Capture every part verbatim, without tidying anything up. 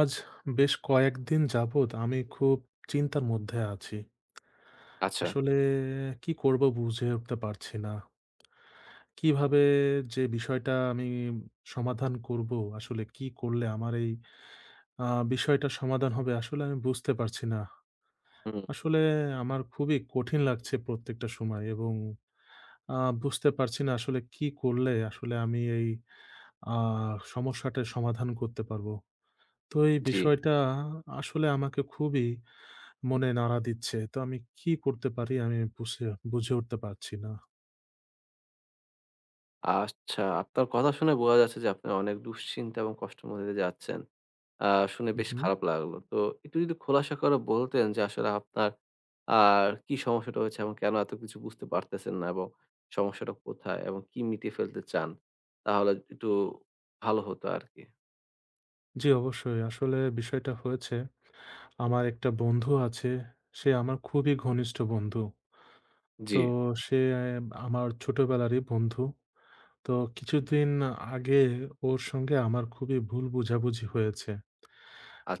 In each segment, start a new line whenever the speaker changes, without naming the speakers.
আজ বেশ কয়েকদিন যাবৎ আমি খুব চিন্তার মধ্যে আছি।
আচ্ছা,
আসলে কি করব বুঝে উঠতে পারছি না। কিভাবে যে বিষয়টা আমি সমাধান করব, আসলে কি করলে আমার এই আ বিষয়টা সমাধান হবে আসলে আমি বুঝতে পারছি না।
হুম,
আসলে আমার খুবই কঠিন লাগছে প্রত্যেকটা সময় এবং আ বুঝতে পারছি না আসলে কি করলে আসলে আমি এই আ সমস্যাটার সমাধান করতে পারব। তো এই
জি।
বিষয়টা আসলে আমাকে খুবই মনে নাড়া দিচ্ছে। তো আমি কি করতে পারি আমি বুঝে বুঝে উঠতে পারছি না।
আচ্ছা, আপনার কথা শুনে বোঝা যাচ্ছে যে আপনি অনেক দুশ্চিন্তা এবং কষ্টের মধ্যে দিয়ে যাচ্ছেন। আ শুনে
হু,
বেশ
হু।
খারাপ লাগলো। তো একটু যদি খোলাসা করে বলতেন যে আসলে আপনার আ কি সমস্যাটা হয়েছে এবং কেন এত কিছু বুঝতে পারতেছেন না এবং সমস্যাটা কোথায় এবং কি মিটিয়ে ফেলতে চান? তাহলে একটু ভালো হতো আরকি।
জি, অবশ্যই। আসলে বিষয়টা হয়েছে, আমার একটা বন্ধু আছে। সে আমার খুবই ঘনিষ্ঠ বন্ধু।
জি,
তো সে আমার ছোটবেলারই বন্ধু। তো কিছুদিন আগে ওর সঙ্গে আমার খুবই ভুল বোঝাবুঝি হয়েছে।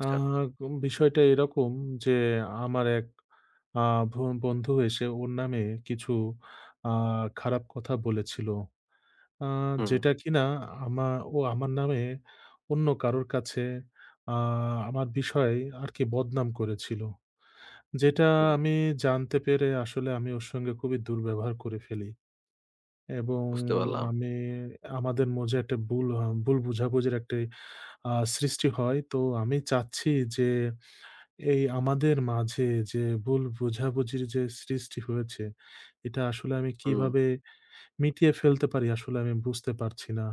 আ উম বিষয়টা এরকম যে আমার এক আ ভ বন্ধু এসে ওর নামে কিছু আ খারাপ কথা বলেছিল। আ
হুম,
যেটা কিনা আমা ও আমার নামে অন্য কারোর কাছে আ আমার বিষয়ে আরকি বদনাম করেছিল। যেটা
হুম,
আমি জানতে পেরে আসলে আমি ওর সঙ্গে খুবই দুর্ব্যবহার করে ফেলি এবং
বুঝতে পারলাম।
আমি আমাদের মাঝে একটা ভুল আ ভুল বোঝাবুঝির একটা আ সৃষ্টি হয়। তো আমি চাচ্ছি যে এই আমাদের মাঝে যে ভুল বোঝাবুঝির যে সৃষ্টি হয়েছে, এটা আসলে আমি
হুম,
কিভাবে মিটিয়ে ফেলতে পারি আসলে আমি বুঝতে পারছি না।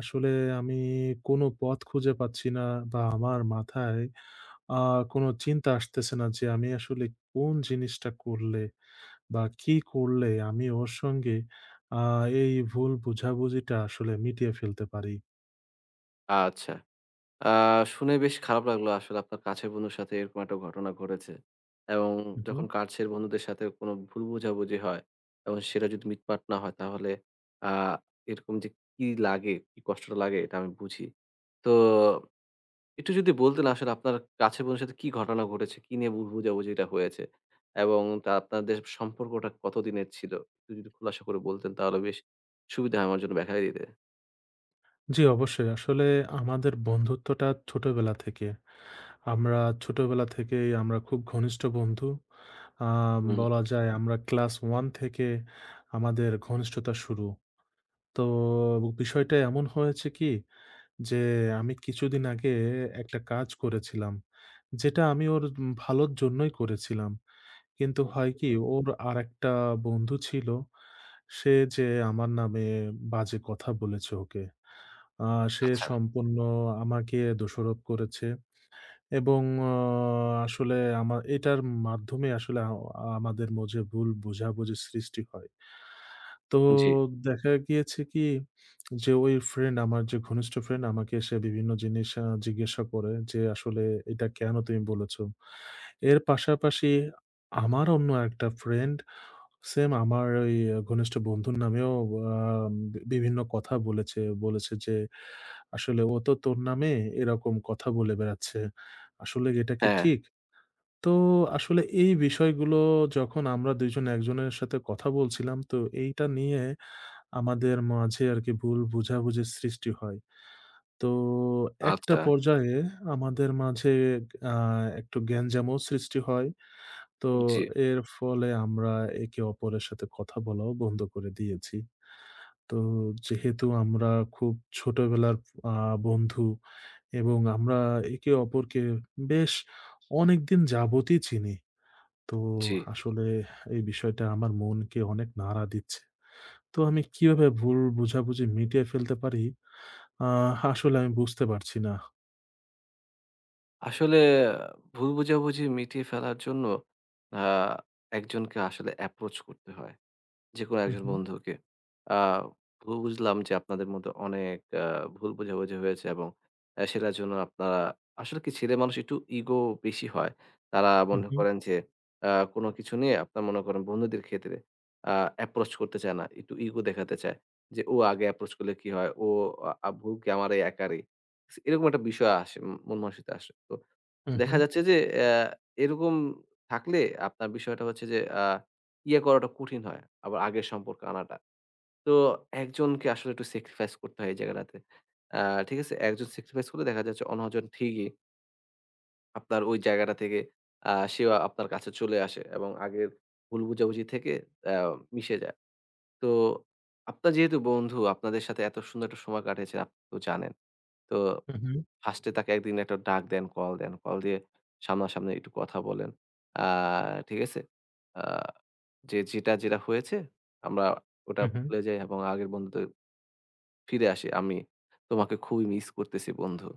আসলে আমি কোনো পথ খুঁজে পাচ্ছি না বা আমার মাথায় আ কোনো চিন্তা আসতেছে না যে আমি আসলে কোন জিনিসটা করলে বা কি করলে আমি ওর সঙ্গে আ এই ভুল বোঝাবুঝিটা আসলে মিটিয়ে ফেলতে পারি?
আচ্ছা। আ শুনে বেশ খারাপ লাগলো আসলে আপনার কাছের বন্ধুর সাথে এরকম একটা ঘটনা ঘটেছে। এবং
উহু।
যখন কাছের বন্ধুদের সাথে কোনো ভুল বোঝাবুঝি হয় এবং সেটা যদি মিটমাট না হয় তাহলে আ এরকম যে কি লাগে, কি কষ্টটা লাগে এটা আমি বুঝি। তো একটু যদি বলতেন আসলে আপনার কাছের বন্ধুর সাথে কি ঘটনা ঘটেছে? কি নিয়ে ভুল বোঝাবুঝিটা হয়েছে? এবং তা আপনাদের সম্পর্কটা কতদিনের ছিল? একটু যদি খোলাসা করে বলতেন তাহলে বেশ সুবিধা হয় আমার জন্য ব্যাখ্যা দিতে।
জি, অবশ্যই। আসলে আমাদের বন্ধুত্বটা ছোটবেলা থেকে। আমরা ছোটবেলা থেকেই আমরা খুব ঘনিষ্ঠ বন্ধু। আম
হুম,
বলা যায় আমরা ক্লাস এক থেকে আমাদের ঘনিষ্ঠতা শুরু। তো বিষয়টা এমন হয়েছে কি যে আমি কিছুদিন আগে একটা কাজ করেছিলাম। যেটা আমি ওর উম ভালোর জন্যই করেছিলাম। কিন্তু
হুম।
হয় কি ওর আরেকটা বন্ধু ছিল। সে যে আমার নামে বাজে কথা বলেছে ওকে। আ সে
আচ্ছা,
সম্পূর্ণ আমাকে দোষারোপ করেছে এবং অ আসলে আমা এটার মাধ্যমে আসলে আ আমাদের মাঝে ভুল বোঝাবুঝির সৃষ্টি হয়। তো
জি।
দেখা গিয়েছে কি যে ওই ফ্রেন্ড আমার যে ঘনিষ্ঠ ফ্রেন্ড আমাকে এসে বিভিন্ন জিনিস আ জিজ্ঞাসা করে যে, "আসলে এটা কেন তুমি বলেছ?" এর পাশাপাশি আমার অন্য একটা ফ্রেন্ড সেম আমার ওই ঘনিষ্ঠ বন্ধুর নামেও আ বিভিন্ন কথা বলেছে। বলেছে যে আসলে ও তো তোর নামে এরকম কথা বলে বেড়াচ্ছে। আসলে এটা কি
হ্যাঁ,
ঠিক? তো আসলে এই বিষয়গুলো যখন আমরা দুই জন একজনের সাথে কথা বলছিলাম, তো এইটা নিয়ে আমাদের মাঝে আরকি ভুল বোঝাবুঝির সৃষ্টি হয়। তো একটা
আচ্ছা,
পর্যায়ে আমাদের মাঝে আ একটু গ্যাঞ্জামও সৃষ্টি হয়। তো
জি।
এর ফলে আমরা একে অপরের সাথে কথা বলাও বন্ধ করে দিয়েছি। তো যেহেতু আমরা খুব ছোটবেলার আ বন্ধু এবং আমরা একে অপরকে বেশ অনেকদিন যাবতই চিনি। তো
জি,
আসলে এই বিষয়টা আমার মনকে অনেক নাড়া দিচ্ছে। তো আমি কিভাবে ভুল বোঝাবুঝি মিটিয়ে ফেলতে পারি, আহ আসলে আমি বুঝতে পারছি না।
আসলে ভুল বোঝাবুঝি মিটিয়ে ফেলার জন্য আ একজনকে আসলে অ্যাপ্রোচ করতে হয়। যেকোনো
হু,
একজন
হু,
বন্ধুকে। আ বু বুঝলাম যে আপনাদের মধ্যে অনেক আ ভুল বোঝাবুঝি হয়েছে এবং আ সেটার জন্য আপনারা আসলে কি ছেলেমানুষ একটু ইগো বেশি হয়। তারা মনে
হু,
করেন যে আ কোনো কিছু নিয়ে আপনার মনে করেন বন্ধুদের ক্ষেত্রে আ অ্যাপ্রোচ করতে চায় না। একটু ইগো দেখাতে চায়। যে ও আগে অ্যাপ্রোচ করলে কি হয়? ও আ আ- ভুল কি আমারই একারই। এরকম একটা বিষয় আসে মন মানসিকতা আসে। তো
হু, হু,
দেখা যাচ্ছে যে অ্যা এরকম থাকলে আপনার বিষয়টা হচ্ছে যে আ ইয়ে করাটা কঠিন হয়। আবার আগের সম্পর্কে আনাটা। তো একজনকে আসলে একটু স্যাক্রিফাইস করতে হয় এই জায়গাটাতে। আ ঠিক আছে? একজন স্যাক্রিফাইস করলে দেখা যাচ্ছে অন্যজন ঠিকই আপনার ওই জায়গাটা থেকে আ সেও আপনার কাছে চলে আসে এবং আগের ভুল বোঝাবুঝি থেকে অ্যা মিশে যায়। তো আপনার যেহেতু বন্ধু, আপনাদের সাথে এত সুন্দর একটা সময় কাটিয়েছেন আপনি তো জানেন। তো
হু, হু,
ফার্স্ট এ তাকে একদিন একটা ডাক দেন, কল দেন। কল দিয়ে সামনাসামনি একটু কথা বলেন। আ ঠিক আছে? আ যে যেটা, যেটা হয়েছে আমরা ওটা
হু, হু,
ভুলে যাই এবং আগের বন্ধুতে ফিরে আসি। আমি তোমাকে খুবই মিস করতেছি বন্ধু।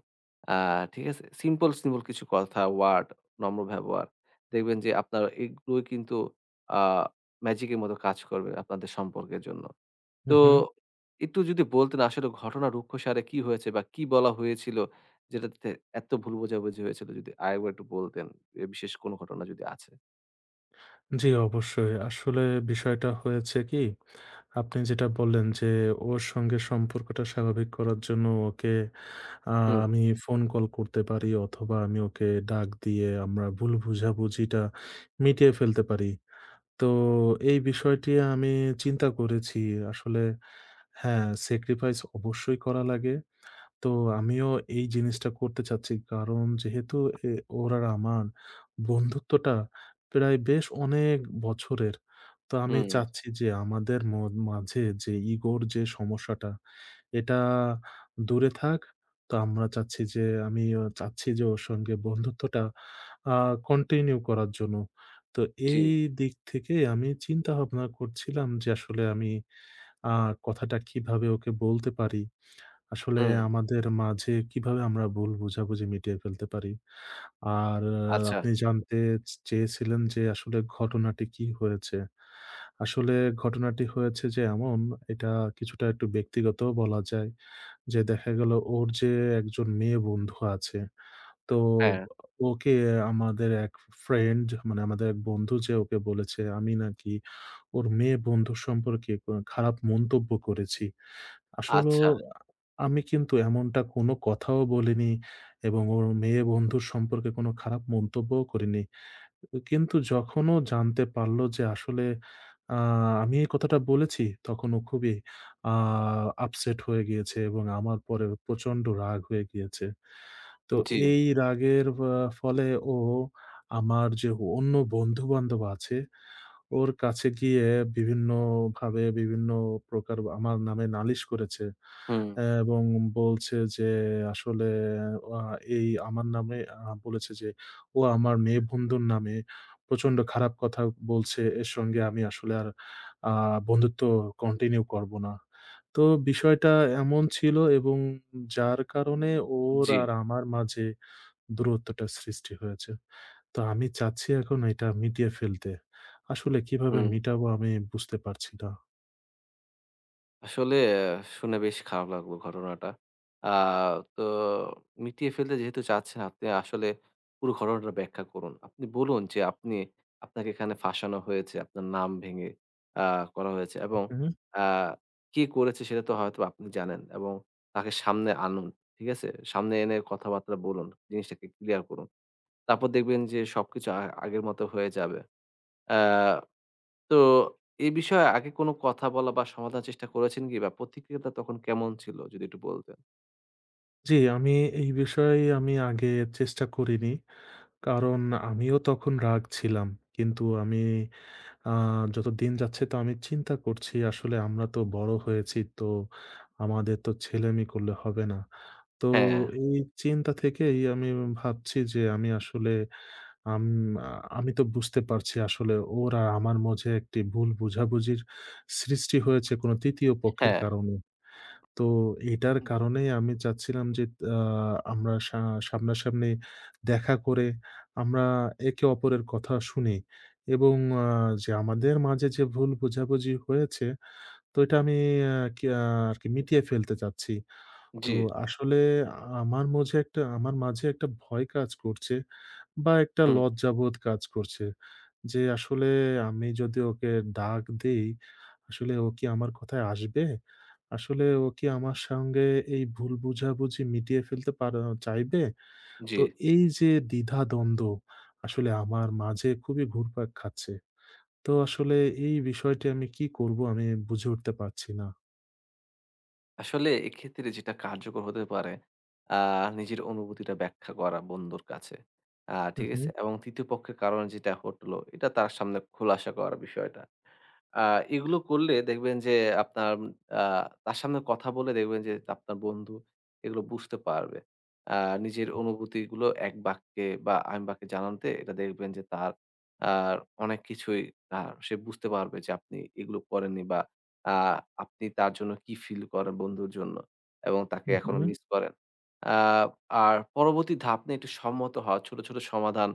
আ ঠিক আছে? সিম্পল, সিম্পল কিছু কথা, ওয়ার্ড, নম্র ব্যবহার। দেখবেন যে আপনার এগুলোই কিন্তু আ ম্যাজিকের মতো কাজ করবে আপনাদের সম্পর্কের জন্য।
হু,
তো
হু।
একটু যদি বলতেন আসলে ঘটনা রুক্ষসারে কি হয়েছে বা কি বলা হয়েছিল? যেটাতে এত ভুল বোঝাবুঝি হয়েছিল যদি আরেকবার একটু বলতেন। এ বিশেষ কোনো ঘটনা যদি আছে?
জি, অবশ্যই। আসলে বিষয়টা হয়েছে কি আপনি যেটা বললেন যে, ওর সঙ্গে সম্পর্কটা স্বাভাবিক করার জন্য ওকে আ
হুম,
আমি ফোন কল করতে পারি অথবা আমি ওকে ডাক দিয়ে আমরা ভুল বুঝাবুঝিটা মিটিয়ে ফেলতে পারি। তো এই বিষয়টি আমি চিন্তা করেছি। আসলে হ্যাঁ, স্যাক্রিফাইস অবশ্যই করা লাগে। তো আমিও এই জিনিসটা করতে চাচ্ছি। কারণ যেহেতু এ ওর আর আমার বন্ধুত্বটা প্রায় বেশ অনেক বছরের। তো আমি
হুম,
চাচ্ছি যে আমাদের ম মাঝে যে ইগোর যে সমস্যাটা, এটা দূরে থাক। তো আমরা চাচ্ছি যে আমিও চাচ্ছি যে ওর সঙ্গে বন্ধুত্বটা আ কন্টিনিউ করার জন্য। তো
জি,
এই দিক থেকে আমি চিন্তা ভাবনা করছিলাম যে আসলে আমি আ কথাটা কিভাবে ওকে বলতে পারি? আসলে
হুম,
আমাদের মাঝে কিভাবে আমরা ভুল বোঝাবুঝি মিটিয়ে ফেলতে পারি? আর আহ,
আচ্ছা,
আপনি জানতে চেয়েছিলেন যে আসলে ঘটনাটি কি হয়েছে? আসলে ঘটনাটি হয়েছে যে এমন, এটা কিছুটা একটু ব্যক্তিগতও বলা যায়। যে দেখা গেল ওর যে একজন মেয়ে বন্ধু আছে, তো
হ্যাঁ,
ওকে আমাদের এক ফ্রেন্ড মানে আমাদের এক বন্ধু যে ওকে বলেছে আমি নাকি ওর মেয়ে বন্ধু সম্পর্কে কোন খারাপ মন্তব্য করেছি। আসলেও
আচ্ছা,
আমি কিন্তু এমনটা কোনো কথাও বলিনি এবং ওর মেয়ে বন্ধুর সম্পর্কে কোনো খারাপ মন্তব্যও করিনি। কিন্তু যখন ও জানতে পারল যে আসলে আ আমি এই কথাটা বলেছি, তখন ও খুবই আ আপসেট হয়ে গিয়েছে এবং আমার পরে প্রচন্ড রাগ হয়ে গিয়েছে। তো
জি,
এই রাগের আ ফলে ও আমার যে অন্য বন্ধু-বান্ধব আছে, ওর কাছে গিয়ে বিভিন্নভাবে বিভিন্ন প্রকার আমার নামে নালিশ করেছে।
হুম,
এবং বলছে যে আসলে আ এই আমার নামে আ বলেছে যে, "ও আমার মেয়ে বন্ধুর নামে প্রচন্ড খারাপ কথা বলছে। এর সঙ্গে আমি আসলে আর আ বন্ধুত্ব কন্টিনিউ করব না।" তো বিষয়টা এমন ছিল এবং যার কারণে ওর
জি,
আর আমার মাঝে দূরত্বটা সৃষ্টি হয়েছে। তো আমি চাচ্ছি এখন এটা মিটিয়ে ফেলতে। আসলে কিভাবে
হুম।
মিটাবো আমি বুঝতে পারছি না।
আসলে আহ, শুনে বেশ খারাপ লাগলো ঘটনাটা। আ তো মিটিয়ে ফেলতে যেহেতু চাচ্ছেন আপনি আসলে পুরো ঘটনাটা ব্যাখ্যা করুন। আপনি বলুন যে আপনি আপনাকে এখানে ফাঁসানো হয়েছে, আপনার নাম ভেঙে আ করা হয়েছে এবং
হুম।
আ কি করেছে সেটা তো হয়তো আপনি জানেন এবং তাকে সামনে আনুন। ঠিক আছে? সামনে এনে কথাবার্তা বলুন। জিনিসটাকে ক্লিয়ার করুন। তারপর দেখবেন যে সবকিছু আ আগের মতো হয়ে যাবে। আ তো এই বিষয়ে আগে কোনো কথা বলা বা সমাধান চেষ্টা করেছেন কি? বা প্রতিক্রিয়াটা তখন কেমন ছিল? যদি একটু বলতেন।
জি, আমি এই বিষয়ে আমি আগে চেষ্টা করিনি। কারণ আমিও তখন রাগ ছিলাম। কিন্তু আমি আ যত দিন যাচ্ছে তো আমি চিন্তা করছি আসলে আমরা তো বড় হয়েছি। তো আমাদের তো ছেলেমি করলে হবে না। তো
হ্যাঁ,
এই চিন্তা থেকেই আমি ভাবছি যে আমি আসলে আম আ আমি তো বুঝতে পারছি আসলে ওর আর আমার মাঝে একটি ভুল বোঝাবুঝির সৃষ্টি হয়েছে কোনো তৃতীয় পক্ষের
হ্যাঁ।
কারণে। তো এটার কারণেই আমি চাচ্ছিলাম যে আ আমরা সা সামনাসামনি দেখা করে আমরা একে অপরের কথা শুনি এবং আ যে আমাদের মাঝে যে ভুল বোঝাবুঝি হয়েছে তো এটা আমি আ কি আ আরকি মিটিয়ে ফেলতে চাচ্ছি। তো
জি,
আসলে আমার মঝে একটা আমার মাঝে একটা ভয় কাজ করছে বা একটা
হুম,
লজ্জাবোধ কাজ করছে। যে আসলে আমি যদি ওকে ডাক দেই আসলে ও কি আমার কথায় আসবে? আসলে ও কি আমার সঙ্গে এই ভুল বোঝাবুঝি মিটিয়ে ফেলতে পার চাইবে?
জি।
তো এই যে দ্বিধা-দ্বন্দ্ব আসলে আমার মাঝে খুবই ঘুরপাক খাচ্ছে। তো আসলে এই বিষয়টি আমি কি করব আমি বুঝে উঠতে পারছি না।
আসলে এক্ষেত্রে যেটা কার্যকর হতে পারে আ নিজের অনুভূতিটা ব্যাখ্যা করা বন্ধুর কাছে। আ
হু,
ঠিক
হু,
আছে? এবং তৃতীয় পক্ষের কারণে যেটা ঘটলো এটা তার সামনে খোলাসা করার বিষয়টা। আ এগুলো করলে দেখবেন যে আপনার আ তার সামনে কথা বলে দেখবেন যে আপনার বন্ধু এগুলো বুঝতে পারবে। আ নিজের অনুভূতিগুলো এক বাক্যে বা আইন বাক্যে জানাতে এটা দেখবেন যে তার আ অনেক কিছুই আ সে বুঝতে পারবে যে আপনি এগুলো করেননি বা আ আপনি তার জন্য কি ফিল করেন বন্ধুর জন্য এবং তাকে হুম।
হু,
এখনো মিস করেন। আ আর পরবর্তী ধাপ নিয়ে একটু সম্মত হওয়া, ছোট, ছোট সমাধান,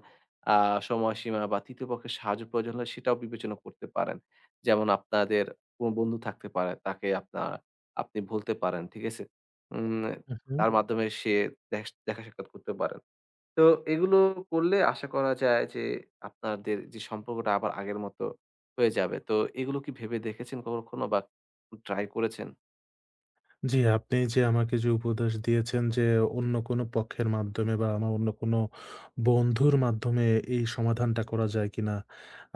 আ সময়সীমা বা তৃতীয় পক্ষের সাহায্য প্রয়োজন হলে সেটাও বিবেচনা করতে পারেন। যেমন আপনাদের কোন বন্ধু থাকতে পারে, তাকে আপনার আপনি বলতে পারেন, ঠিক আছে? উম
হু, হু।
তার মাধ্যমে সে দেখ দেখা সাক্ষাৎ করতে পারেন। তো এগুলো করলে আশা করা যায় যে আপনাদের যে সম্পর্কটা আবার আগের মতো হয়ে যাবে। তো এগুলো কি ভেবে দেখেছেন কখনো বা ট্রাই করেছেন?
জি, আপনি যে আমাকে যে উপদেশ দিয়েছেন যে অন্য কোনো পক্ষের মাধ্যমে বা আমার অন্য কোনো বন্ধুর মাধ্যমে এই সমাধানটা করা যায় কিনা?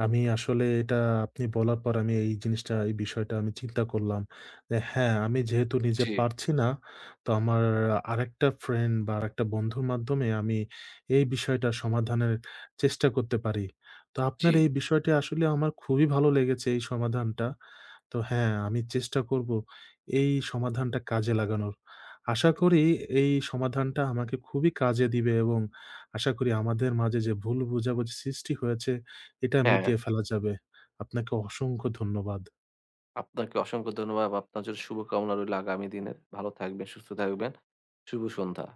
আমি আসলে এটা আপনি বলার পর আমি এই জিনিসটা এই বিষয়টা আমি চিন্তা করলাম। যে হ্যাঁ, আমি যেহেতু নিজে
জি,
পারছি না, তো আমার আরেকটা ফ্রেন্ড বা আরেকটা বন্ধুর মাধ্যমে আমি এই বিষয়টা সমাধানের চেষ্টা করতে পারি। তো আপনার
জি।
এই বিষয়টি আসলে আমার খুবই ভালো লেগেছে এই সমাধানটা। তো হ্যাঁ, আমি চেষ্টা করব এই সমাধানটা কাজে লাগানোর। আশা করি এই সমাধানটা আমাকে খুবই কাজে দিবে এবং আশা করি আমাদের মাঝে যে ভুল বোঝাবুঝি সৃষ্টি হয়েছে, এটা
হ্যাঁ,
মিটিয়ে ফেলা যাবে। আপনাকে অসংখ্য ধন্যবাদ।
আপনাকে অসংখ্য ধন্যবাদ। আপনার জন্য শুভকামনা রইল আগামী দিনের। ভালো থাকবেন, সুস্থ থাকবেন। শুভ সন্ধ্যা।